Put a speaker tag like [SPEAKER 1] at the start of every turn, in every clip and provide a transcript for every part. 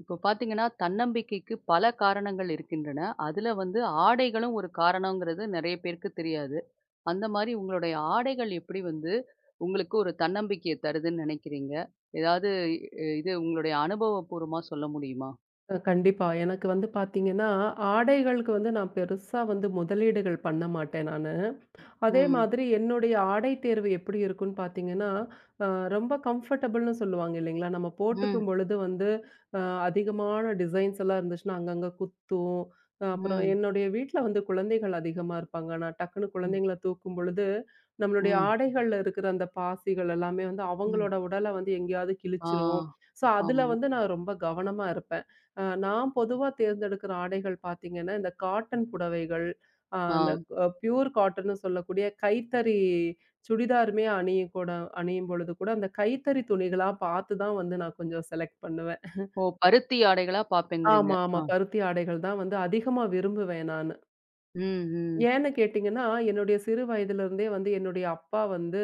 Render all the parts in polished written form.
[SPEAKER 1] இப்போ பார்த்தீங்கன்னா, தன்னம்பிக்கைக்கு பல காரணங்கள் இருக்கின்றன. அதுல வந்து ஆடைகளும் ஒரு காரணங்கிறது நெறைய பேருக்கு தெரியாது. அந்த மாரி உங்களுடைய ஆடைகள் எப்படி வந்து உங்களுக்கு ஒரு தன்னம்பிக்கைய தருதுன்னு நெனைக்கிறீங்க? ஏதாவது இது உங்களுடைய அனுபவபூர்வமா சொல்ல முடியுமா?
[SPEAKER 2] கண்டிப்பா. எனக்கு வந்து பார்த்தீங்கன்னா, ஆடைகளுக்கு வந்து நான் பெருசா வந்து முதலீடுகள் பண்ண மாட்டேன் நானு. அதே
[SPEAKER 1] ம்,
[SPEAKER 2] மாதிரி என்னுடைய ஆடை தேர்வு எப்படி இருக்குன்னு பார்த்தீங்கன்னா, அ ரொம்ப கம்ஃபர்டபுள்னு சொல்லுவாங்க இல்லைங்களா? நம்ம
[SPEAKER 1] ம்,
[SPEAKER 2] போட்டுக்கும் பொழுது வந்து அ அதிகமான டிசைன்ஸ் எல்லாம் இருந்துச்சுன்னா, அங்கங்க குத்தும். அப்புறம்
[SPEAKER 1] ம்,
[SPEAKER 2] என்னுடைய வீட்ல வந்து குழந்தைகள் அதிகமா இருப்பாங்க. நான் டக்குனு
[SPEAKER 1] ம்,
[SPEAKER 2] குழந்தைங்கள தூக்கும் பொழுது, நம்மளுடைய
[SPEAKER 1] ம்,
[SPEAKER 2] ஆடைகள்ல இருக்கிற அந்த பாசிகள் எல்லாமே வந்து
[SPEAKER 1] ம்.
[SPEAKER 2] அவங்களோட உடல வந்து எங்கேயாவது
[SPEAKER 1] ஆ,
[SPEAKER 2] கிழிச்சிரும். ஸோ, அதுல
[SPEAKER 1] ஆமா.
[SPEAKER 2] வந்து நான் ரொம்ப கவனமா இருப்பேன். நான் பொதுவா தேர்ந்தெடுக்கிற ஆடைகள் பார்த்தீங்கன்னா, இந்த காட்டன் புடவைகள், அ
[SPEAKER 1] ஆ.
[SPEAKER 2] அந்த அ பியூர் காட்டன்னு சொல்லக்கூடிய கைத்தறி சுடிதாருமே அணியும் பொழுது கூட, அந்த கைத்தறி துணிகளா பார்த்து தான் வந்து நான் கொஞ்சம் செலக்ட் பண்ணுவேன்.
[SPEAKER 1] ஓ! பருத்தி ஆடைகளா பார்ப்பேங்கிறீங்க.
[SPEAKER 2] ஆமா, ஆமா.
[SPEAKER 1] ஆ.
[SPEAKER 2] பருத்தி ஆடைகள் தான் வந்து அதிகமா விரும்புவேன் நானு.
[SPEAKER 1] ம், ம்,
[SPEAKER 2] ஏன்னு கேட்டீங்கன்னா, என்னுடைய சிறு வயதிலிருந்தே வந்து என்னுடைய அப்பா வந்து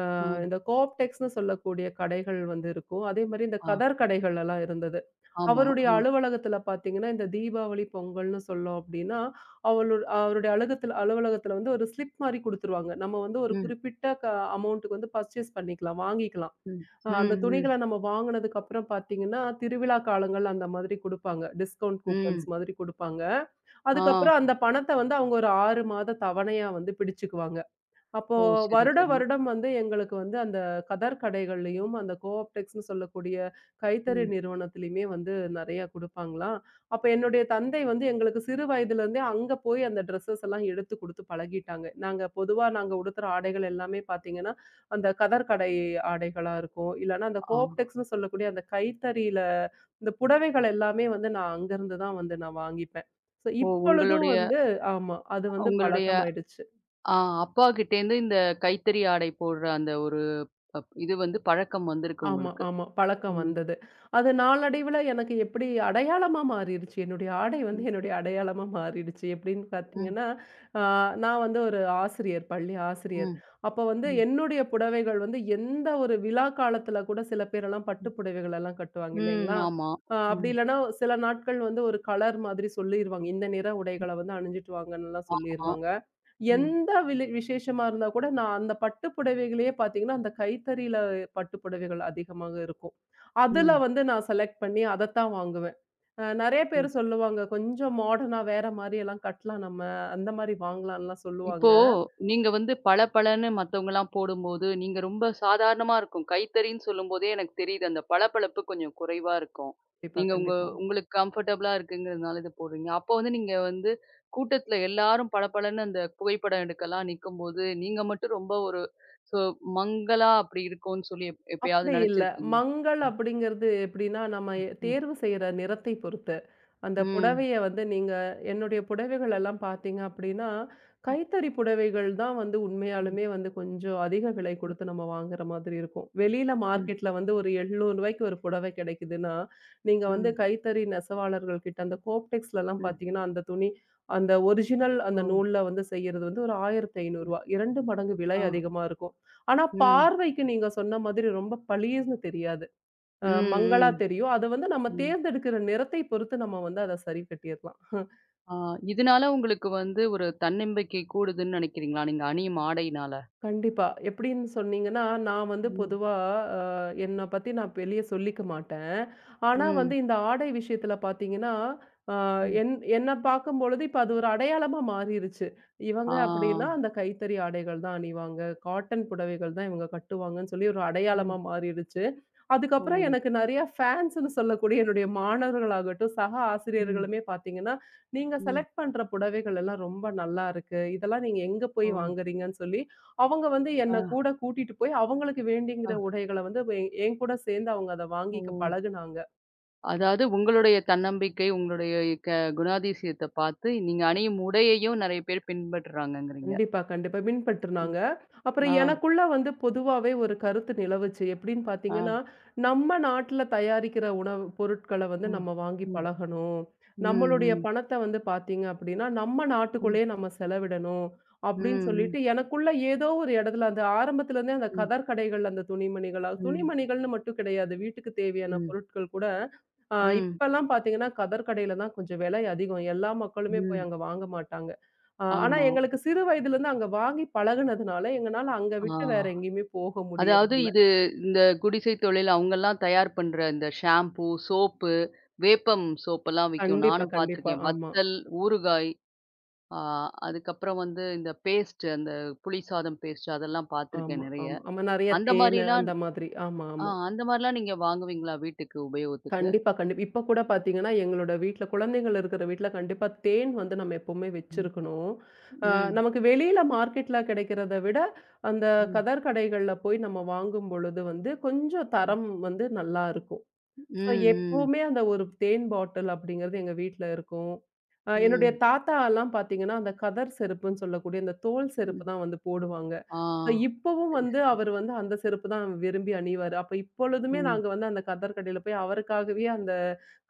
[SPEAKER 2] அ
[SPEAKER 1] ம்.
[SPEAKER 2] இந்த கோப்டெக்ஸ்ன்னு சொல்லக்கூடிய கடைகள் வந்து இருக்கும். அதே மாரி இந்த
[SPEAKER 1] ஆ,
[SPEAKER 2] கதர் கடைகள் எல்லாம் இருந்தது.
[SPEAKER 1] ஆமா.
[SPEAKER 2] அவருடைய
[SPEAKER 1] ஆ.
[SPEAKER 2] அலுவலகத்துல பார்த்தீங்கன்னா, இந்த தீபாவளி, பொங்கல்னு சொல்லோம் அப்டின்னா, அவளோட அவருடைய அலுகத்துல அலுவலகத்துல வந்து ஒரு ஸ்லிப் மாரி குடுத்துருவாங்க. நம்ம வந்து ஒரு
[SPEAKER 1] ம்,
[SPEAKER 2] குறிப்பிட்ட அமௌண்ட்டுக்கு வந்து பர்ச்சேஸ் பண்ணிக்கலாம், வாங்கிக்கலாம்.
[SPEAKER 1] ம், ம்,
[SPEAKER 2] அந்த
[SPEAKER 1] ம்,
[SPEAKER 2] துணிகள நம்ம வாங்குனதுக்கு அப்புறம் பார்த்தீங்கன்னா, திருவிழா காலங்கள் அந்த மாதிரி குடுப்பாங்க. டிஸ்கவுண்ட் கூப்பன்ஸ்
[SPEAKER 1] ம்.
[SPEAKER 2] மாதிரி குடுப்பாங்க.
[SPEAKER 1] ஆ.
[SPEAKER 2] அதுக்கப்புறம் அந்த பணத்த வந்து அவங்க ஒரு 6 மாத தவணையா வந்து பிடிச்சுக்குவாங்க. அப்போ
[SPEAKER 1] ஓ! சரி,
[SPEAKER 2] வருடம்
[SPEAKER 1] சரி.
[SPEAKER 2] வருடம் வந்து எங்களுக்கு வந்து அந்த கதர் கடைகள்லயும், அந்த கோஆப்டெக்ஸ்ன்னு சொல்லக்கூடிய கைத்தறி
[SPEAKER 1] ம்.
[SPEAKER 2] நிறுவனத்திலயுமே வந்து நெறைய குடுப்பாங்களாம். அப்ப என்னுடைய தந்தை வந்து எங்களுக்கு சிறு வயதிலிருந்தே அங்க போய் அந்த ட்ரெஸ்ஸஸ் எல்லாம் எடுத்து குடுத்து பழகிட்டாங்க. நாங்க உடுத்துற ஆடைகள் எல்லாமே பார்த்தீங்கன்னா, அந்த கதர் கடை ஆடைகளா இருக்கும். இல்லன்னா அந்த
[SPEAKER 1] ஆ.
[SPEAKER 2] கோஆப்டெக்ஸ்ன்னு சொல்லக்கூடிய அந்த கைத்தறியில இந்த புடவைகள் எல்லாமே வந்து நான் வாங்கிப்பேன். ஸோ
[SPEAKER 1] ஓ!
[SPEAKER 2] இப்பொழுதும்
[SPEAKER 1] உங்களுடைய
[SPEAKER 2] வந்து ஆமா. அது வந்து
[SPEAKER 1] உங்களுடைய
[SPEAKER 2] பழக்கமாயிடுச்சு.
[SPEAKER 1] ஆ அப்பா கிட்டேருந்து இந்த கைத்தறி ஆடை போடுற அந்த ஒரு இது வந்து பழக்கம் வந்திருக்கு
[SPEAKER 2] ஆமா,
[SPEAKER 1] உங்களுக்கு.
[SPEAKER 2] ஆமா. பழக்கம்
[SPEAKER 1] ம்.
[SPEAKER 2] வந்தது. அது நாளடைவில எனக்கு எப்படி அடையாளமா மாறிருச்சு. என்னுடைய ஆடை வந்து
[SPEAKER 1] ம்.
[SPEAKER 2] என்னுடைய அடையாளமா மாறிடுச்சு. எப்படின்னு
[SPEAKER 1] ம்.
[SPEAKER 2] பார்த்தீங்கன்னா, ஆ நான் வந்து ஒரு ஆசிரியர், பள்ளி ஆசிரியர்.
[SPEAKER 1] ம்.
[SPEAKER 2] அப்ப வந்து
[SPEAKER 1] ம்.
[SPEAKER 2] என்னுடைய புடவைகள் வந்து எந்த ஒரு விழா காலத்துல கூட சில பேரெல்லாம் பட்டு
[SPEAKER 1] ம்.
[SPEAKER 2] புடவைகள் எல்லாம் கட்டுவாங்க
[SPEAKER 1] ம்.
[SPEAKER 2] இல்லைங்களா?
[SPEAKER 1] ஆமா.
[SPEAKER 2] அப்படி
[SPEAKER 1] ம்.
[SPEAKER 2] இல்லன்னா சில நாட்கள் வந்து ஒரு கலர் மாதிரி சொல்லிருவாங்க. இந்த நிற உடைகள வந்து அணிஞ்சிட்டு வாங்கன்னுலாம்
[SPEAKER 1] ஆமா.
[SPEAKER 2] சொல்லிருவாங்க.
[SPEAKER 1] ம்.
[SPEAKER 2] எந்த விலை விசேஷமா இருந்தா கூட, நான் அந்த பட்டு புடவைகளையே பார்த்தீங்கன்னா, அந்த கைத்தறியில பட்டு புடவைகள் அதிகமாக இருக்கும். அதுல
[SPEAKER 1] ம்.
[SPEAKER 2] வந்து நான் செலக்ட் பண்ணி அதத்தான் வாங்குவேன். நெறைய பேர்
[SPEAKER 1] ம்.
[SPEAKER 2] சொல்லுவாங்க, "கொஞ்சம் மாடர்னா வேற மாரியெல்லாம் கட்டலாம் நம்ம. அந்த மாரி வாங்கலாம்லாம்"
[SPEAKER 1] இப்போ
[SPEAKER 2] சொல்லுவாங்க.
[SPEAKER 1] நீங்க வந்து பளபளன்னு மத்தவங்கலாம் போடும்போது, நீங்க ரொம்ப சாதாரணமா இருக்கும். கைத்தறின்னு சொல்லும்போதே எனக்கு தெரியுது. அந்த பளபளப்பு கொஞ்சம் குறைவா இருக்கும்.
[SPEAKER 2] கண்டிப்பா,
[SPEAKER 1] நீங்க உங்க
[SPEAKER 2] கண்டிப்பா.
[SPEAKER 1] உங்களுக்கு கம்ஃபர்டபுளா இருக்குங்கிறதுனால இத போடுறீங்க. அப்போ வந்து நீங்க வந்து கூட்டத்துல எல்லாரும் பளபளன்னு அந்த புகைப்படம் எடுக்கலாம் நிக்கும்போது, நீங்க மட்டும் ரொம்ப ஒரு சோ மங்கலா அப்படி இருக்கோன்னு சொல்லி
[SPEAKER 2] அப்படி
[SPEAKER 1] எப்பயாவது
[SPEAKER 2] இல்ல.
[SPEAKER 1] நெனச்சிருக்கீங்களா?
[SPEAKER 2] மங்கள் அப்படிங்கிறது எப்படின்னா, நம்ம
[SPEAKER 1] ம்.
[SPEAKER 2] தேர்வு செய்ற நிறத்தை பொறுத்து. அந்த
[SPEAKER 1] ம்.
[SPEAKER 2] புடவைய வந்து நீங்க என்னுடைய புடவைகள் எல்லாம் பார்த்தீங்க அப்படின்னா, கைத்தறி புடவைகள் தான் வந்து
[SPEAKER 1] ம்.
[SPEAKER 2] உண்மையாலுமே வந்து கொஞ்சம் அதிக விலை குடுத்து நம்ம வாங்குற மாதிரி இருக்கும். வெளியில
[SPEAKER 1] ம்.
[SPEAKER 2] மார்க்கெட்ல வந்து ஒரு ரூ. 700 ஒரு புடவை கிடைக்குதுன்னா, நீங்க வந்து
[SPEAKER 1] ம்.
[SPEAKER 2] கைத்தறி நெசவாளர்கள் கிட்ட அந்த கோப்டெக்ஸ்லலாம்
[SPEAKER 1] ம்.
[SPEAKER 2] பார்த்தீங்கன்னா, அந்த துணி அந்த ஒரிஜினல் அந்த
[SPEAKER 1] ஓ!
[SPEAKER 2] நூல்ல வந்து செய்யறது வந்து ஒரு ரூ. 1500
[SPEAKER 1] ம்.
[SPEAKER 2] 2 மடங்கு விலை
[SPEAKER 1] ஆ.
[SPEAKER 2] அதிகமா இருக்கும். ஆனா
[SPEAKER 1] ம்.
[SPEAKER 2] பார்வைக்கு நீங்க சொன்ன மாதிரி ரொம்ப பளீர்ன்னு தெரியாது. மங்கலா
[SPEAKER 1] ம். ம்.
[SPEAKER 2] தெரியும். அத வந்து நம்ம
[SPEAKER 1] ம்.
[SPEAKER 2] தேர்ந்தெடுக்கிற நிறத்தை பொறுத்து நம்ம வந்து அத சரி கட்டிர்லாம்.
[SPEAKER 1] ஆ, இதனால உங்களுக்கு வந்து ஒரு தன்னம்பிக்கை கூடுதுன்னு நினைக்கிறீங்களா? நீங்க அணியும் ஆடையினால?
[SPEAKER 2] கண்டிப்பா. எப்படின்னு சொன்னீங்கன்னா, நான் வந்து
[SPEAKER 1] ம்.
[SPEAKER 2] பொதுவா அ என்ன பத்தி நான் வெளிய சொல்லிக்க மாட்டேன். ஆனா வந்து
[SPEAKER 1] ம்.
[SPEAKER 2] இந்த ஆடை விஷயத்துல பார்த்தீங்கன்னா, அ
[SPEAKER 1] ம்.
[SPEAKER 2] என் என்ன பார்க்கும்பொழுது இப்ப அது ஒரு அடையாளமா மாறிருச்சு. இவங்க
[SPEAKER 1] ஆ.
[SPEAKER 2] அப்படின்னா அந்த கைத்தறி ஆடைகள் தான் அணிவாங்க. காட்டன் புடவைகள் தான் இவங்க கட்டுவாங்கன்னு சொல்லி ஒரு
[SPEAKER 1] ம்.
[SPEAKER 2] அடையாளமா மாறிடுச்சு.
[SPEAKER 1] ஓ!
[SPEAKER 2] அதுக்கப்புறம் எனக்கு நெறைய ஃபேன்ஸ்ன்னு சொல்லக்கூடிய என்னுடைய மாணவர்களாகட்டும், சக
[SPEAKER 1] ம்.
[SPEAKER 2] ஆசிரியர்களுமே பார்த்தீங்கன்னா, "நீங்க
[SPEAKER 1] ம்.
[SPEAKER 2] செலக்ட் பண்ற புடவைகள் எல்லாம் ரொம்ப நல்லா இருக்கு. இதெல்லாம் நீங்க எங்க போய்
[SPEAKER 1] ஓ!
[SPEAKER 2] வாங்குறீங்கன்னு?" சொல்லி அவங்க வந்து என்ன
[SPEAKER 1] ஆ.
[SPEAKER 2] கூட்டிட்டு போய் அவங்களுக்கு வேண்டிங்கிற
[SPEAKER 1] ஆ.
[SPEAKER 2] உடைகள வந்து என்கூட சேர்ந்து அவங்க அத
[SPEAKER 1] ஓ!
[SPEAKER 2] வாங்கிக்க பழகுனாங்க.
[SPEAKER 1] அதாவது உங்களுடைய தன்னம்பிக்கை, உங்களுடைய க குணாதிசயத்த பார்த்து, நீங்க அணியும் உடையையும் நெறைய பேர் பின்பற்றுறாங்கங்கிறீங்க.
[SPEAKER 2] கண்டிப்பா, கண்டிப்பா.
[SPEAKER 1] ம்.
[SPEAKER 2] பின்பற்றுனாங்க. அப்புறம்
[SPEAKER 1] ஆ.
[SPEAKER 2] எனக்குள்ள வந்து பொதுவாவே ஒரு கருத்து நிலவுச்சு. எப்படின்னு
[SPEAKER 1] ஆ.
[SPEAKER 2] பார்த்தீங்கன்னா, நம்ம நாட்டுல தயாரிக்கிற உணவு பொருட்கள வந்து
[SPEAKER 1] ம்.
[SPEAKER 2] நம்ம வாங்கி
[SPEAKER 1] ம்.
[SPEAKER 2] பழகணும். நம்மளுடைய
[SPEAKER 1] ம்.
[SPEAKER 2] பணத்த வந்து பார்த்தீங்க அப்படின்னா, நம்ம
[SPEAKER 1] ம்.
[SPEAKER 2] நாட்டுக்குள்ளேயே நம்ம செலவிடணும்.
[SPEAKER 1] ம்.
[SPEAKER 2] அப்படின்னு
[SPEAKER 1] ம்.
[SPEAKER 2] சொல்லிட்டு எனக்குள்ள ஏதோ ஒரு இடத்துல அந்த ஆரம்பத்துலருந்தே அந்த
[SPEAKER 1] ம்.
[SPEAKER 2] கதர் கடைகள்ல அந்த துணிமணிகளா
[SPEAKER 1] ம்.
[SPEAKER 2] துணிமணிகள்னு மட்டும் கிடையாது. வீட்டுக்கு தேவையான
[SPEAKER 1] ம்.
[SPEAKER 2] பொருட்கள் கூட
[SPEAKER 1] ம்.
[SPEAKER 2] இப்பலாம் பார்த்தீங்கன்னா, கதர் கடையில தான் கொஞ்சம் விலை அதிகம். எல்லா மக்களுமே போய்
[SPEAKER 1] ம்.
[SPEAKER 2] அங்க வாங்க மாட்டாங்க. ஆ, ஆனா
[SPEAKER 1] ஆமா.
[SPEAKER 2] எங்களுக்கு சிறு வயதிலிருந்து அங்க வாங்கி பழகுனதுனால, எங்கனால அங்க
[SPEAKER 1] ஆ.
[SPEAKER 2] விட்டு வேற எங்கேயுமே போக
[SPEAKER 1] அதாவது
[SPEAKER 2] முடியறதில்ல.
[SPEAKER 1] இது இந்த குடிசை தொழில் அவங்கலாம் தயார் பண்ற இந்த ஷாம்பூ, சோப்பு, வேப்பம் சோப்பெல்லாம் விக்கும்.
[SPEAKER 2] கண்டிப்பா,
[SPEAKER 1] நானும்
[SPEAKER 2] கண்டிப்பா.
[SPEAKER 1] பார்த்துருக்கேன்.
[SPEAKER 2] ஆமா,
[SPEAKER 1] வத்தல், ஊறுகாய், ஆ அதுக்கப்புறம் வந்து இந்த பேஸ்ட் அந்த புளி சாதம் பேஸ்ட் அதெல்லாம் பார்த்துருக்கேன்
[SPEAKER 2] ஆமா,
[SPEAKER 1] நெறைய.
[SPEAKER 2] ஆமா. ஆமா நெறைய
[SPEAKER 1] அந்த
[SPEAKER 2] தேனு
[SPEAKER 1] மாரிலாம்
[SPEAKER 2] அந்த மாதிரி. ஆமா,
[SPEAKER 1] ஆ
[SPEAKER 2] ஆமா.
[SPEAKER 1] அந்த மாரிலாம் நீங்க வாங்குவீங்களா வீட்டுக்கு உபயோகத்துக்கு?
[SPEAKER 2] கண்டிப்பா, கண்டிப்பா. இப்ப கூட பாத்தீங்கன்னா, எங்களோட வீட்ல குழந்தைகள் இருக்கிற வீட்ல கண்டிப்பா தேன் வந்து நம்ம எப்பவுமே
[SPEAKER 1] ம்.
[SPEAKER 2] வச்சிருக்கணும். ஆ,
[SPEAKER 1] ம்.
[SPEAKER 2] நமக்கு வெளியில மார்க்கெட்ல கிடைக்கிறத விட, அந்த
[SPEAKER 1] ம்.
[SPEAKER 2] கதர் கடைகள்ல போய் நம்ம வாங்கும் பொழுது வந்து, கொஞ்சம்
[SPEAKER 1] ம்.
[SPEAKER 2] தரம் வந்து நல்லா இருக்கும்.
[SPEAKER 1] ம்.
[SPEAKER 2] ஸோ
[SPEAKER 1] ம்.
[SPEAKER 2] எப்பவுமே அந்த ஒரு தேன் பாட்டில் அப்படிங்கிறது எங்க வீட்ல இருக்கும். என்னுடைய
[SPEAKER 1] ம்.
[SPEAKER 2] தாத்தாலாம் பார்த்தீங்கன்னா, அந்த கதர் செருப்புன்னு சொல்லக்கூடிய அந்த தோல் செருப்பு
[SPEAKER 1] ம்.
[SPEAKER 2] தான் வந்து போடுவாங்க.
[SPEAKER 1] ஆ.
[SPEAKER 2] ஸோ இப்பவும்
[SPEAKER 1] சரி,
[SPEAKER 2] வந்து
[SPEAKER 1] சரி.
[SPEAKER 2] அவர் வந்து அந்த செருப்பு தான் விரும்பி அணிவாரு. அப்ப இப்பொழுதுமே
[SPEAKER 1] ம்.
[SPEAKER 2] நாங்க வந்து அந்த கதர் கடையில போய் அவருக்காகவே அந்த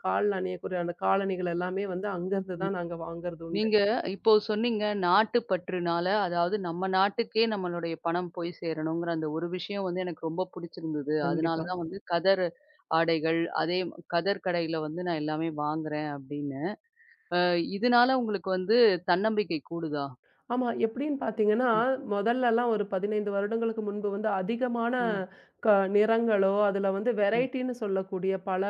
[SPEAKER 2] கால்ல அணியக்கூடிய அந்த காலணிகள் எல்லாமே வந்து அங்கருந்து தான் நாங்க வாங்குறது உண்டு.
[SPEAKER 1] நீங்க இப்போ சொன்னீங்க நாட்டுப்பற்றுனால, அதாவது நம்ம நாட்டுக்கே நம்மளுடைய பணம் போய் சேரணுங்கிற அந்த ஒரு விஷயம் வந்து எனக்கு ரொம்ப புடிச்சிருந்தது.
[SPEAKER 2] கண்டிப்பா.
[SPEAKER 1] அதனால தான் வந்து கதர் ஆடைகள், அதே கதர் கடையில வந்து நான் எல்லாமே வாங்குறேன் அப்படின்னு. அ இதனால உங்களுக்கு வந்து தன்னம்பிக்கை கூடுதா?
[SPEAKER 2] ஆமா. எப்படின்னு பார்த்தீங்கன்னா,
[SPEAKER 1] ம்,
[SPEAKER 2] மொதல்லலாம் ஒரு 15 வருடங்களுக்கு முன்பு வந்து அதிகமான
[SPEAKER 1] ம்,
[SPEAKER 2] க நிறங்களோ, அதுல வந்து
[SPEAKER 1] ம்,
[SPEAKER 2] வெரைட்டின்னு சொல்லக்கூடிய பல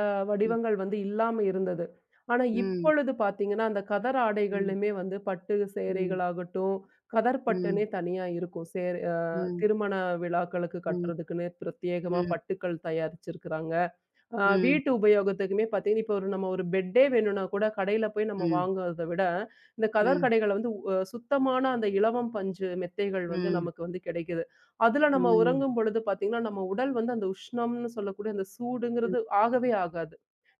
[SPEAKER 1] ம்,
[SPEAKER 2] வடிவங்கள் வந்து இல்லாம இருந்தது. ஆனா
[SPEAKER 1] ம்,
[SPEAKER 2] இப்பொழுது பார்த்தீங்கன்னா, அந்த கதர்
[SPEAKER 1] ம்,
[SPEAKER 2] ஆடைகள்லயுமே வந்து பட்டு
[SPEAKER 1] ம்,
[SPEAKER 2] சேலைகளாகட்டும், கதர் பட்டுன்னே
[SPEAKER 1] ம்,
[SPEAKER 2] தனியா இருக்கும். சேர் அ
[SPEAKER 1] ம்,
[SPEAKER 2] திருமண விழாக்களுக்கு
[SPEAKER 1] ம்,
[SPEAKER 2] கட்டுறதுக்குன்னு பிரத்யேகமா
[SPEAKER 1] ம்,
[SPEAKER 2] பட்டுக்கள் தயாரிச்சிருக்கிறாங்க.
[SPEAKER 1] ம்,
[SPEAKER 2] வீட்டு உபயோகத்துக்குமே பார்த்தீங்கன்னா, இப்போ ஒரு நம்ம ஒரு பெட்டே வேணும்னா கூட கடையில போய் நம்ம
[SPEAKER 1] ம்,
[SPEAKER 2] வாங்குறத விட, இந்த கதர்
[SPEAKER 1] ம்,
[SPEAKER 2] கடைகள்ல வந்து உ சுத்தமான அந்த இலவம் பஞ்சு மெத்தைகள் வந்து
[SPEAKER 1] ம்,
[SPEAKER 2] நமக்கு வந்து கிடைக்குது. அதுல நம்ம
[SPEAKER 1] ம்,
[SPEAKER 2] உறங்கும் பொழுது பார்த்தீங்கன்னா, நம்ம உடல் வந்து அந்த உஷ்ணம்னு சொல்லக்கூடிய அந்த
[SPEAKER 1] ம்.
[SPEAKER 2] சூடுங்கிறது ஆகவே ஆகாது.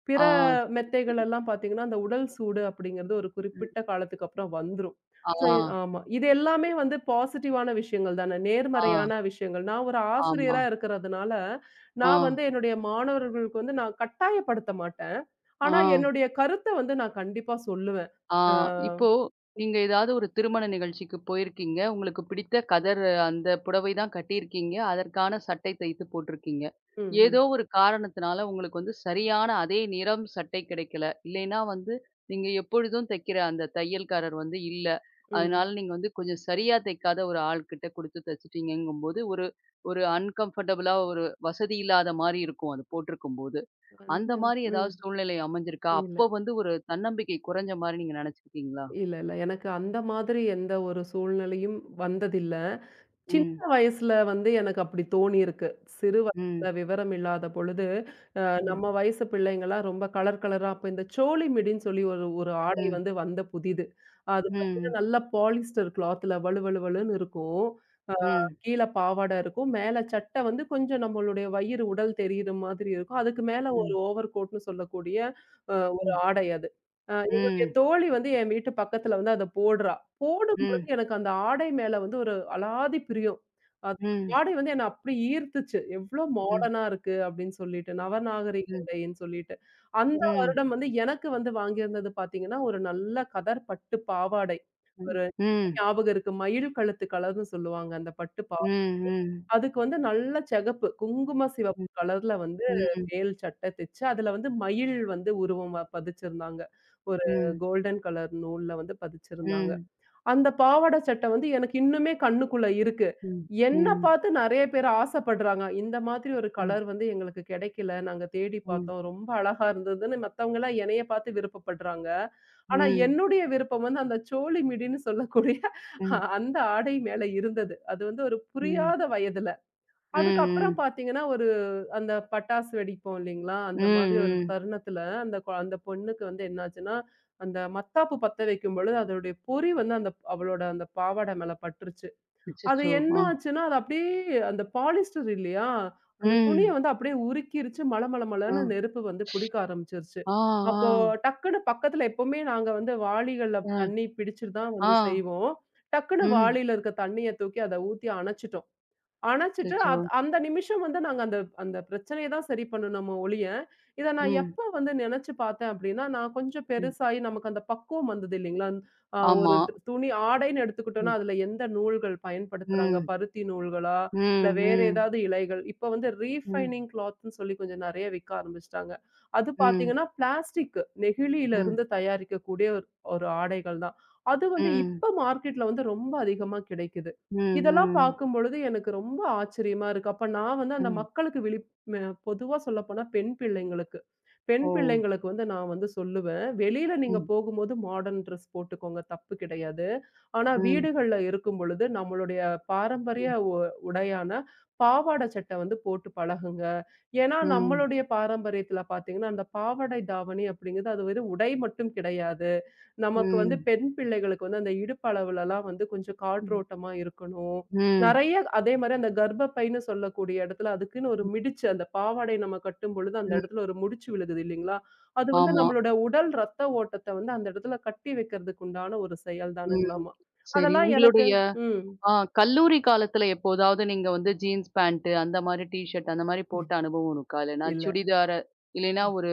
[SPEAKER 2] பிற
[SPEAKER 1] ஆ. சரி,
[SPEAKER 2] மெத்தைகள்
[SPEAKER 1] சரி.
[SPEAKER 2] எல்லாம் பார்த்தீங்கன்னா, அந்த உடல் சூடு அப்படிங்கிறது ஒரு
[SPEAKER 1] ம்.
[SPEAKER 2] குறிப்பிட்ட காலத்துக்கு அப்புறம் வந்துரும்.
[SPEAKER 1] ஆ.
[SPEAKER 2] சோ ஆமா. இது எல்லாமே வந்து பாசிட்டிவான விஷயங்கள் தானே!
[SPEAKER 1] ஆ.
[SPEAKER 2] நேர்மறையான விஷயங்கள். நான் ஒரு
[SPEAKER 1] ஆமா.
[SPEAKER 2] ஆசிரியரா இருக்கிறதுனால,
[SPEAKER 1] ஆ.
[SPEAKER 2] நான் வந்து என்னுடைய மாணவர்களுக்கு வந்து நான் கட்டாயப்படுத்த மாட்டேன்.
[SPEAKER 1] ஆ,
[SPEAKER 2] ஆனா என்னுடைய கருத்த வந்து நான் கண்டிப்பா சொல்லுவேன்.
[SPEAKER 1] ஆ.
[SPEAKER 2] ஆ.
[SPEAKER 1] இப்போ நீங்க ஏதாவது ஒரு திருமண நிகழ்ச்சிக்கு போயிருக்கீங்க. உங்களுக்கு பிடித்த கதர் அந்த புடவை தான் கட்டியிருக்கீங்க. அதற்கான சட்டை தைத்து போட்டிருக்கீங்க.
[SPEAKER 2] ம், ம்,
[SPEAKER 1] ஏதோ ஒரு காரணத்தினால உங்களுக்கு வந்து சரியான அதே நிறம் சட்டை கிடைக்கல. இல்லைன்னா வந்து நீங்க எப்பொழுதும் தைக்கிற அந்த தையல்காரர் வந்து இல்ல. அதனால
[SPEAKER 2] ம்.
[SPEAKER 1] நீங்க வந்து கொஞ்சம் சரியா தைக்காத ஒரு ஆள்கிட்ட குடுத்து தச்சுட்டீங்கங்கும்போது, ஒரு ஒரு அன்கம்ஃபர்டபுளா ஒரு வசதி இல்லாத மாரி இருக்கும். அது போட்டிருக்கும்போது. அந்த
[SPEAKER 2] வந்து
[SPEAKER 1] மாரி
[SPEAKER 2] ம்.
[SPEAKER 1] ஏதாவது சூழ்நிலை அமைஞ்சிருக்கா?
[SPEAKER 2] இல்ல,
[SPEAKER 1] அப்போ வந்து ஒரு தன்னம்பிக்கை குறைஞ்ச மாரி நீங்க நெனச்சிருக்கீங்களா?
[SPEAKER 2] இல்ல, இல்ல. எனக்கு அந்த மாதிரி எந்த ஒரு சூழ்நிலையும் வந்ததில்ல. சின்ன
[SPEAKER 1] ம்.
[SPEAKER 2] வயசுல வந்து எனக்கு அப்படி தோணியிருக்கு. சிறு
[SPEAKER 1] ம்.
[SPEAKER 2] வயசுல விவரம் இல்லாத பொழுது அ
[SPEAKER 1] ம்.
[SPEAKER 2] நம்ம வயசு பிள்ளைங்கலாம் ரொம்ப கலர் கலரா அப்ப இந்த சோலி மிடின்னு சொல்லி ஒரு ஒரு ஆடை
[SPEAKER 1] ம்.
[SPEAKER 2] வந்து வந்த புதிது. அது பார்த்தீங்கன்னா,
[SPEAKER 1] ம்.
[SPEAKER 2] நல்லா பாலிஸ்டர் கிளாத்ல வழுவழுவழுன்னு இருக்கும். அ
[SPEAKER 1] ம்.
[SPEAKER 2] கீழ பாவாடை இருக்கும். மேல சட்டை வந்து கொஞ்சம் நம்மளுடைய வயிறு, உடல் தெரியிற மாதிரி இருக்கும். அதுக்கு மேல ஒரு
[SPEAKER 1] ம்.
[SPEAKER 2] ஓவர் கோட்ன்னு சொல்லக்கூடிய ஒரு
[SPEAKER 1] ம்.
[SPEAKER 2] ஆடை அது. என்னுடைய
[SPEAKER 1] ம்.
[SPEAKER 2] தோழி வந்து என் வீட்டு பக்கத்துல வந்து அத போடுறா. போடும்பொழுது
[SPEAKER 1] ம்.
[SPEAKER 2] எனக்கு அந்த ஆடை மேல வந்து ஒரு அலாதி பிரியம்.
[SPEAKER 1] ம்.
[SPEAKER 2] ஆடை வந்து என்ன அப்படி ஈர்த்துச்சு. எவ்ளோ
[SPEAKER 1] ம்.
[SPEAKER 2] மாடர்னா இருக்கு அப்படின்னு சொல்லிட்டு, நவநாகரிக
[SPEAKER 1] ம்.
[SPEAKER 2] உடைன்னு சொல்லிட்டு. அந்த
[SPEAKER 1] ம்.
[SPEAKER 2] வருடம் வந்து எனக்கு வந்து வாங்கியிருந்தது பார்த்தீங்கன்னா, ஒரு நல்ல கதர் பட்டு பாவாடை. ஒரு
[SPEAKER 1] ம்.
[SPEAKER 2] ஞாபகம் இருக்கு. மயில் கழுத்து கலர்ன்னு சொல்லுவாங்க அந்த பட்டு
[SPEAKER 1] ம்.
[SPEAKER 2] அதுக்கு வந்து நல்ல சிகப்பு, குங்கும சிவப்பு
[SPEAKER 1] ம்.
[SPEAKER 2] கலர்ல வந்து
[SPEAKER 1] ம்.
[SPEAKER 2] மேல் சட்டை தச்சு, அதுல வந்து மயில் வந்து உருவமா பதிச்சிருந்தாங்க. ஒரு
[SPEAKER 1] ம். ம்.
[SPEAKER 2] கோல்டன் கலர் நூல்ல வந்து பதிச்சிருந்தாங்க.
[SPEAKER 1] ம்.
[SPEAKER 2] அந்த பாவாட சட்டை வந்து எனக்கு இன்னுமே கண்ணுக்குள்ள இருக்கு.
[SPEAKER 1] ம்.
[SPEAKER 2] என்ன பார்த்து நெறைய பேர் ஆசைப்படுறாங்க. இந்த மாதிரி ஒரு கலர் வந்து எங்களுக்கு கிடைக்கல. நாங்க தேடி
[SPEAKER 1] ம். ம்.
[SPEAKER 2] பார்த்தோம். ரொம்ப அழகா இருந்ததுன்னு மத்தவங்கலாம் என்னைய பார்த்து விருப்பப்படுறாங்க. ஆனா
[SPEAKER 1] ம்.
[SPEAKER 2] என்னுடைய விருப்பம் வந்து அந்த சோலி மிடின்னு சொல்லக்கூடிய
[SPEAKER 1] ம்.
[SPEAKER 2] அந்த ஆடை மேல இருந்தது. அது வந்து ஒரு
[SPEAKER 1] ம். ம். ம். ம். ம்.
[SPEAKER 2] புரியாத வயதுல. அதுக்கப்புறம்
[SPEAKER 1] ம்.
[SPEAKER 2] பார்த்தீங்கன்னா, அந்த பட்டாசு வெடிப்போம் இல்லைங்களா? அந்த மாதிரி ஒரு
[SPEAKER 1] ம்.
[SPEAKER 2] தருணத்தில, அந்த பொண்ணுக்கு வந்து என்னாச்சுன்னா, அந்த மத்தாப்பு பத்த வைக்கும்பொழுது, அதோடைய பொறி வந்து அந்த அவளோட அந்த பாவாடை மேல பட்டுருச்சு. அது
[SPEAKER 1] அச்சச்சோ!
[SPEAKER 2] என்ன
[SPEAKER 1] ஆ.
[SPEAKER 2] ஆச்சுன்னா, அது அப்படியே அந்த பாலிஸ்டர் இல்லையா? அந்த துணிய
[SPEAKER 1] ம்.
[SPEAKER 2] வந்து அப்படியே உருக்கிருச்சு.
[SPEAKER 1] ஆ.
[SPEAKER 2] மளமளமளன்னு நெருப்பு வந்து பிடிக்க ஆரம்பிச்சுருச்சு. அப்போ
[SPEAKER 1] ஆ.
[SPEAKER 2] டக்குனு பக்கத்தில எப்பவுமே நாங்க வந்து வாளிகள்ல
[SPEAKER 1] ஆ. ஆ.
[SPEAKER 2] தண்ணி பிடிச்சுட்டு தான்
[SPEAKER 1] ஆ.
[SPEAKER 2] வந்து செய்வோம். டக்குனு
[SPEAKER 1] ம்.
[SPEAKER 2] வாளியில இருக்க தண்ணிய தூக்கி அத ஊத்தி அணைச்சுட்டோம். அணைச்சுட்டு
[SPEAKER 1] அச்சச்சோ!
[SPEAKER 2] அந்த நிமிஷம் வந்து நாங்க அந்த அந்த பிரச்சனைய தான் சரி பண்ணுனோமோ ஒழிய, இத நான்
[SPEAKER 1] ம்.
[SPEAKER 2] எப்ப வந்து நெனச்சு பார்த்தேன் அப்டின்னா, நான் கொஞ்சம்
[SPEAKER 1] ம்.
[SPEAKER 2] பெருசாயி நமக்கு அந்த பக்குவம் வந்தது இல்லைங்களா? ஒரு
[SPEAKER 1] ஆமா.
[SPEAKER 2] துணி ஆடைன்னு எடுத்துக்கிட்டோம்னா,
[SPEAKER 1] ம்.
[SPEAKER 2] அதுல எந்த நூல்கள் பயன்படுத்துறாங்க?
[SPEAKER 1] ம்.
[SPEAKER 2] பருத்தி நூல்களா? இல்ல வேற
[SPEAKER 1] ம்.
[SPEAKER 2] ஏதாவது இழைகள்? இப்ப வந்து
[SPEAKER 1] ம்.
[SPEAKER 2] ரீஃபைனிங் கிளாத்ன்னு சொல்லி கொஞ்சம் நெறைய விக்க ஆரம்பிச்சுட்டாங்க. அது
[SPEAKER 1] ம்.
[SPEAKER 2] பார்த்தீங்கன்னா, பிளாஸ்டிக் நெகிழியில
[SPEAKER 1] ம்.
[SPEAKER 2] இருந்து தயாரிக்கக்கூடிய ஒரு ஒரு ஆடைகள் தான். அது வந்து
[SPEAKER 1] ம்.
[SPEAKER 2] இப்ப மார்க்கெட்ல வந்து ரொம்ப அதிகமா கிடைக்குது.
[SPEAKER 1] ம். ம்.
[SPEAKER 2] இதெல்லாம்
[SPEAKER 1] ம்.
[SPEAKER 2] பார்க்கும்பொழுது எனக்கு ரொம்ப ஆச்சரியமா இருக்கு. அப்ப நான் வந்து அந்த
[SPEAKER 1] ம்.
[SPEAKER 2] மக்களுக்கு விழிப் ம பொதுவா சொல்லப்போனா பெண் பிள்ளைங்களுக்கு. பெண்
[SPEAKER 1] ஓ!
[SPEAKER 2] பிள்ளைங்களுக்கு வந்து நான் வந்து சொல்லுவேன். வெளியில நீங்க
[SPEAKER 1] ம்.
[SPEAKER 2] போகும்போது மாடர்ன் ட்ரெஸ் போட்டுக்கோங்க. தப்பு கிடையாது. ஆனா
[SPEAKER 1] ம்.
[SPEAKER 2] வீடுகள்ல இருக்கும்பொழுது நம்மளுடைய பாரம்பரிய
[SPEAKER 1] ம்.
[SPEAKER 2] உடையான பாவாடை சட்டை வந்து போட்டு பழகுங்க. ஏன்னா
[SPEAKER 1] ம்.
[SPEAKER 2] நம்மளுடைய பாரம்பரியத்துல பார்த்தீங்கன்னா, அந்த பாவாடை தாவணி அப்படிங்கிறது அது வெறும் உடை மட்டும் கிடையாது. நமக்கு வந்து
[SPEAKER 1] ம்.
[SPEAKER 2] பெண் பிள்ளைகளுக்கு வந்து அந்த இடுப்பு அளவுலலாம் வந்து கொஞ்சம்
[SPEAKER 1] ம்.
[SPEAKER 2] காற்றோட்டமா இருக்கணும்.
[SPEAKER 1] ம்.
[SPEAKER 2] நெறைய அதே மாரி அந்த கர்ப்பப்பைன்னு சொல்லக்கூடிய இடத்துல அதுக்குன்னு ஒரு மிடிச்சு அந்த பாவாடை நம்ம கட்டும்பொழுது அந்த
[SPEAKER 1] ம்.
[SPEAKER 2] இடத்துல ஒரு முடிச்சு விழுகுது இல்லைங்களா? அது வந்து
[SPEAKER 1] ஆமா.
[SPEAKER 2] நம்மளோட உடல் ரத்த ஓட்டத்த வந்து அந்த இடத்துல கட்டி வைக்கிறதுக்கு உண்டான ஒரு செயல்
[SPEAKER 1] ம்.
[SPEAKER 2] தானுங்களாமா.
[SPEAKER 1] சரி.
[SPEAKER 2] அதெல்லாம் எனக்கு
[SPEAKER 1] உங்களுடைய
[SPEAKER 2] ம்.
[SPEAKER 1] ஆ கல்லூரி காலத்துல எப்போதாவது நீங்க வந்து ஜீன்ஸ் பேண்ட் அந்த மாரி டீ ஷர்ட் அந்த மாரி போட்ட அனுபவம் இருக்கா? இல்லன்னா
[SPEAKER 2] இல்ல.
[SPEAKER 1] சுடிதார இல்லைன்னா ஒரு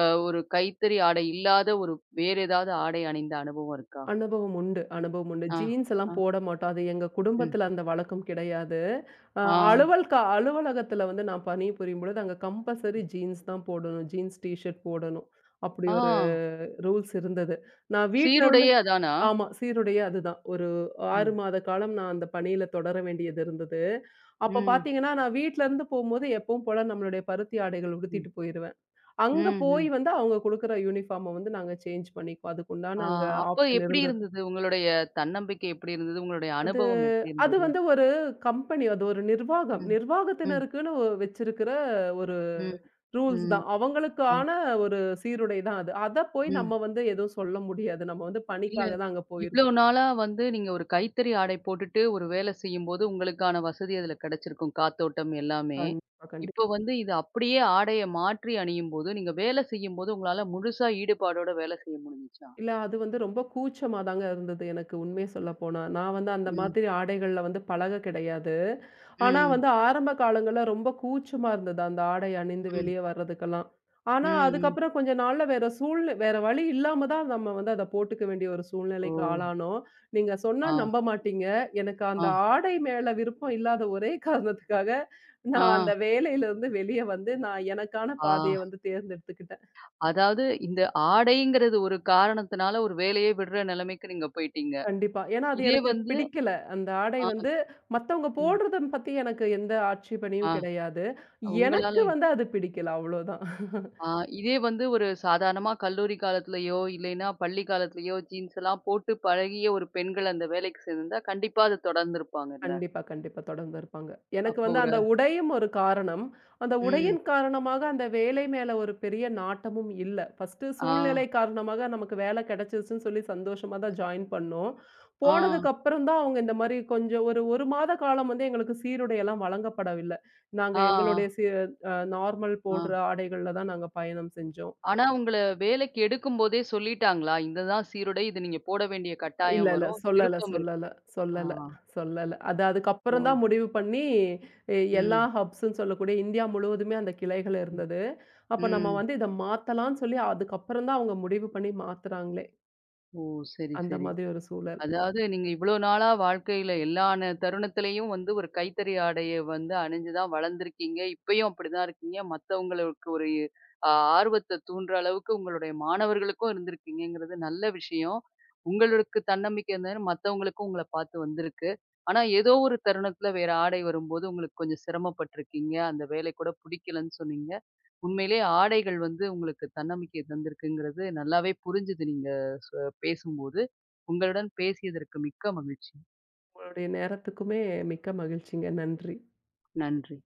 [SPEAKER 1] அ ஒரு கைத்தறி ஆடை இல்லாத ஒரு வேற ஏதாவது ஆடை அணிந்த அனுபவம் இருக்கா?
[SPEAKER 2] அனுபவம் உண்டு.
[SPEAKER 1] ஆ.
[SPEAKER 2] ஜீன்ஸ் எல்லாம்
[SPEAKER 1] ஆ.
[SPEAKER 2] போட மாட்டோம். அது எங்க
[SPEAKER 1] ம்.
[SPEAKER 2] குடும்பத்தில அந்த வழக்கம் கிடையாது. அ
[SPEAKER 1] ஆ.
[SPEAKER 2] அலுவல் க அலுவலகத்தில வந்து நான் பணிபுரியும் பொழுது, அங்க கம்பல்சரி ஜீன்ஸ் தான் போடணும். ஜீன்ஸ் டீ ஷர்ட் போடணும். அப்படி
[SPEAKER 1] ஆ.
[SPEAKER 2] ஒரு ரூல்ஸ் இருந்தது. நான் வீட்ல இருந்து
[SPEAKER 1] சீருடையே அதானா?
[SPEAKER 2] ஆமா, சீருடையே அதுதான். ஒரு 6
[SPEAKER 1] ம்.
[SPEAKER 2] மாத காலம் நான் அந்த பணியில தொடர வேண்டியது இருந்தது. அப்ப
[SPEAKER 1] ம்.
[SPEAKER 2] பார்த்தீங்கன்னா, நான் வீட்ல இருந்து போம்போது எப்பவும் போல நம்மளுடைய பருத்தி ஆடைகள்
[SPEAKER 1] ம்.
[SPEAKER 2] உடுத்திட்டு போயிருவேன்.
[SPEAKER 1] ம்.
[SPEAKER 2] அங்க போய்
[SPEAKER 1] ம்.
[SPEAKER 2] வந்து அவங்க குடுக்குற யூனிஃபார்ம வந்து நாங்க சேஞ்ச் பண்ணிக்குவோம்.
[SPEAKER 1] ஆ
[SPEAKER 2] அதுக்குண்டான அங்க
[SPEAKER 1] அப்ப
[SPEAKER 2] ஆப்ஷன்
[SPEAKER 1] எப்படி
[SPEAKER 2] இருந்தது.
[SPEAKER 1] இருந்தது? உங்களுடைய தன்னம்பிக்கை எப்படி இருந்தது? உங்களுடைய
[SPEAKER 2] அது
[SPEAKER 1] அனுபவம் எப்படி
[SPEAKER 2] அது
[SPEAKER 1] இருந்தது?
[SPEAKER 2] வந்து ஒரு கம்பெனி. அது ஒரு நிர்வாகம்.
[SPEAKER 1] ம். ம்.
[SPEAKER 2] நிர்வாகத்தினருக்குன்னு ஒ- வச்சிருக்கிற ஒரு
[SPEAKER 1] ம்.
[SPEAKER 2] ரூல்ஸ்
[SPEAKER 1] ம்.
[SPEAKER 2] தான்.
[SPEAKER 1] ம்.
[SPEAKER 2] அவங்களுக்கான ஒரு சீருடை தான் அது. அத போய்
[SPEAKER 1] ம்.
[SPEAKER 2] நம்ம வந்து எதுவும் சொல்ல முடியாது. நம்ம வந்து
[SPEAKER 1] இல்ல.
[SPEAKER 2] பணிக்காக தான் அங்க
[SPEAKER 1] இவ்ளோ
[SPEAKER 2] போயிருக்கோம்.
[SPEAKER 1] நாளா வந்து நீங்க ஒரு கைத்தறி ஆடை போட்டுட்டு ஒரு வேலை செய்யும்போது உங்களுக்கான வசதி அதுல கிடைச்சிருக்கும். காத்தோட்டம் எல்லாமே.
[SPEAKER 2] கண்டிப்பா, கண்டிப்பா.
[SPEAKER 1] இப்போ வந்து இது அப்படியே ஆடைய மாற்றி அணியும்போது, நீங்க வேலை செய்யும்போது உங்களால முழுசா ஈடுபாடோட வேலை செய்ய முடிஞ்சுச்சா?
[SPEAKER 2] இல்ல அது வந்து ரொம்ப கூச்சமா தாங்க இருந்தது எனக்கு உண்மைய சொல்லப்போனா. நான் வந்து அந்த
[SPEAKER 1] ம்.
[SPEAKER 2] மாதிரி ஆடைகள்ல வந்து பழக கிடையாது. ஆனா
[SPEAKER 1] ம்.
[SPEAKER 2] வந்து ஆரம்ப காலங்கள்ல ரொம்ப கூச்சமா இருந்தது அந்த ஆடை அணிந்து
[SPEAKER 1] ம்.
[SPEAKER 2] வெளியே வர்றதுக்கெல்லாம்.
[SPEAKER 1] ம்.
[SPEAKER 2] ஆனா
[SPEAKER 1] ம்.
[SPEAKER 2] அதுக்கப்புறம் கொஞ்ச நாள்ல வேற வேற வழி இல்லாம தான் நம்ம வந்து அத போட்டுக்க வேண்டிய ஒரு
[SPEAKER 1] ஓ!
[SPEAKER 2] சூழ்நிலைக்கு ஆளானோம். நீங்க சொன்னா
[SPEAKER 1] ஆ.
[SPEAKER 2] நம்ப மாட்டீங்க. எனக்கு அந்த
[SPEAKER 1] ஆ.
[SPEAKER 2] ஆடை மேல விருப்பம் இல்லாத ஒரே காரணத்துக்காக,
[SPEAKER 1] ஆ,
[SPEAKER 2] நான் அந்த வேலையிலிருந்து வெளிய வந்து நான் எனக்கான
[SPEAKER 1] ஆ.
[SPEAKER 2] பாதைய வந்து தேர்ந்தெடுத்துக்கிட்டேன்.
[SPEAKER 1] அதாவது இந்த ஆடைங்கிறது ஒரு காரணத்தினால ஒரு வேலையே விடுற நிலைமைக்கு நீங்க போயிட்டீங்க.
[SPEAKER 2] கண்டிப்பா. ஏன்னா அது
[SPEAKER 1] இதே
[SPEAKER 2] எனக்கு
[SPEAKER 1] வந்து
[SPEAKER 2] பிடிக்கல. அந்த ஆடை
[SPEAKER 1] ஆ,
[SPEAKER 2] வந்து மத்தவங்க
[SPEAKER 1] ம்.
[SPEAKER 2] போடுறத பத்தி எனக்கு எந்த ஆட்சேபனையும்
[SPEAKER 1] ஆ
[SPEAKER 2] கிடையாது.
[SPEAKER 1] உங்களால
[SPEAKER 2] எனக்கு வந்து அது பிடிக்கல அவ்வளோதான்.
[SPEAKER 1] ஆ இதே வந்து ஒரு சாதாரணமா கல்லூரி காலத்திலயோ, இல்லைன்னா பள்ளி காலத்திலயோ ஜீன்ஸ் எல்லாம் போட்டு பழகிய ஒரு பெண்கள் அந்த வேலைக்கு சேர்ந்திருந்தா, கண்டிப்பா அது தொடர்ந்திருப்பாங்கல்ல.
[SPEAKER 2] கண்டிப்பா, கண்டிப்பா. தொடர்ந்து இருப்பாங்க. எனக்கு
[SPEAKER 1] அப்போ
[SPEAKER 2] வந்து
[SPEAKER 1] ஒரு
[SPEAKER 2] அந்த உடையும் ஒரு காரணம். அந்த
[SPEAKER 1] ம்.
[SPEAKER 2] உடையின் காரணமாக அந்த வேலை மேல ஒரு பெரிய நாட்டமும் இல்ல. ஃபர்ஸ்ட்டு
[SPEAKER 1] ஆ,
[SPEAKER 2] சூழ்நிலை காரணமாக நமக்கு வேலை கிடைச்சிருச்சுன்னு சொல்லி சந்தோஷமா தான் ஜாயின் பண்ணோம்.
[SPEAKER 1] ஆ,
[SPEAKER 2] போனதுக்கப்புறம் தான் அவங்க இந்த மாரி கொஞ்சம் ஒரு 1 மாத காலம் வந்து எங்களுக்கு சீருடையெல்லாம் வழங்கப்படவில்லை. நாங்க
[SPEAKER 1] ஆ,
[SPEAKER 2] எங்களுடைய சி அ நார்மல்
[SPEAKER 1] ஆ.
[SPEAKER 2] போடுற ஆடைகள்ல தான் நாங்க பயணம் செஞ்சோம்.
[SPEAKER 1] ஆனா உங்கள வேலைக்கு எடுக்கும்போதே சொல்லிட்டாங்களா? இதுதான் சீருடை, இது நீங்க போட வேண்டிய
[SPEAKER 2] இல்ல,
[SPEAKER 1] கட்டாயம்
[SPEAKER 2] இல்ல.
[SPEAKER 1] வரும்.
[SPEAKER 2] சொல்லல,
[SPEAKER 1] விருப்பம் இருக்கு.
[SPEAKER 2] சொல்லல,
[SPEAKER 1] ஆ,
[SPEAKER 2] சொல்லல, சொல்லல. அது
[SPEAKER 1] ஓ!
[SPEAKER 2] அதுக்கப்புறம் தான் முடிவு பண்ணி, எல்லா
[SPEAKER 1] ம்.
[SPEAKER 2] ஹப்ஸ்ன்னு சொல்லக்கூடிய இந்தியா முழுவதுமே அந்த கிளைகள்
[SPEAKER 1] ம்.
[SPEAKER 2] இருந்தது. அப்ப நம்ம
[SPEAKER 1] ம்.
[SPEAKER 2] வந்து இத மாத்தலாம்ன்னு சொல்லி, அதுக்கப்புறம் தான் அவங்க முடிவு பண்ணி மாத்துறாங்களே!
[SPEAKER 1] ஓ! சரி,
[SPEAKER 2] அந்த
[SPEAKER 1] சரி.
[SPEAKER 2] மாதிரி ஒரு சூழல்.
[SPEAKER 1] அதாவது நீங்க இவ்வளோ நாளா வாழ்க்கையில எல்லா தருணத்திலயும் வந்து ஒரு கைத்தறி ஆடைய வந்து அணிஞ்சு தான் வளர்ந்துருக்கீங்க. இப்பயும் அப்படிதான் இருக்கீங்க. மத்தவங்களுக்கு ஒரு ஆ ஆர்வத்த தூண்டுற அளவுக்கு உங்களுடைய மாணவர்களுக்கும் இருந்திருக்கீங்கங்கிறது நல்ல விஷயம். உங்களுக்கு தன்னம்பிக்கை இருந்தது மத்தவங்களுக்கும் உங்கள பார்த்து வந்திருக்கு. ஆனா ஏதோ ஒரு தருணத்தில வேற ஆடை வரும்போது உங்களுக்கு கொஞ்சம் சிரமப்பட்டுருக்கீங்க. அந்த வேலை கூட பிடிக்கலன்னு சொன்னீங்க. உண்மையிலேயே ஆடைகள் வந்து உங்களுக்கு தன்னம்பிக்கை தந்திருக்குங்கிறது நல்லாவே புரிஞ்சுது நீங்க சொ பேசும்போது. உங்களுடன் பேசியதற்கு மிக்க மகிழ்ச்சி.
[SPEAKER 2] உங்களுடைய நேரத்துக்குமே மிக்க மகிழ்ச்சிங்க. நன்றி.
[SPEAKER 1] நன்றி.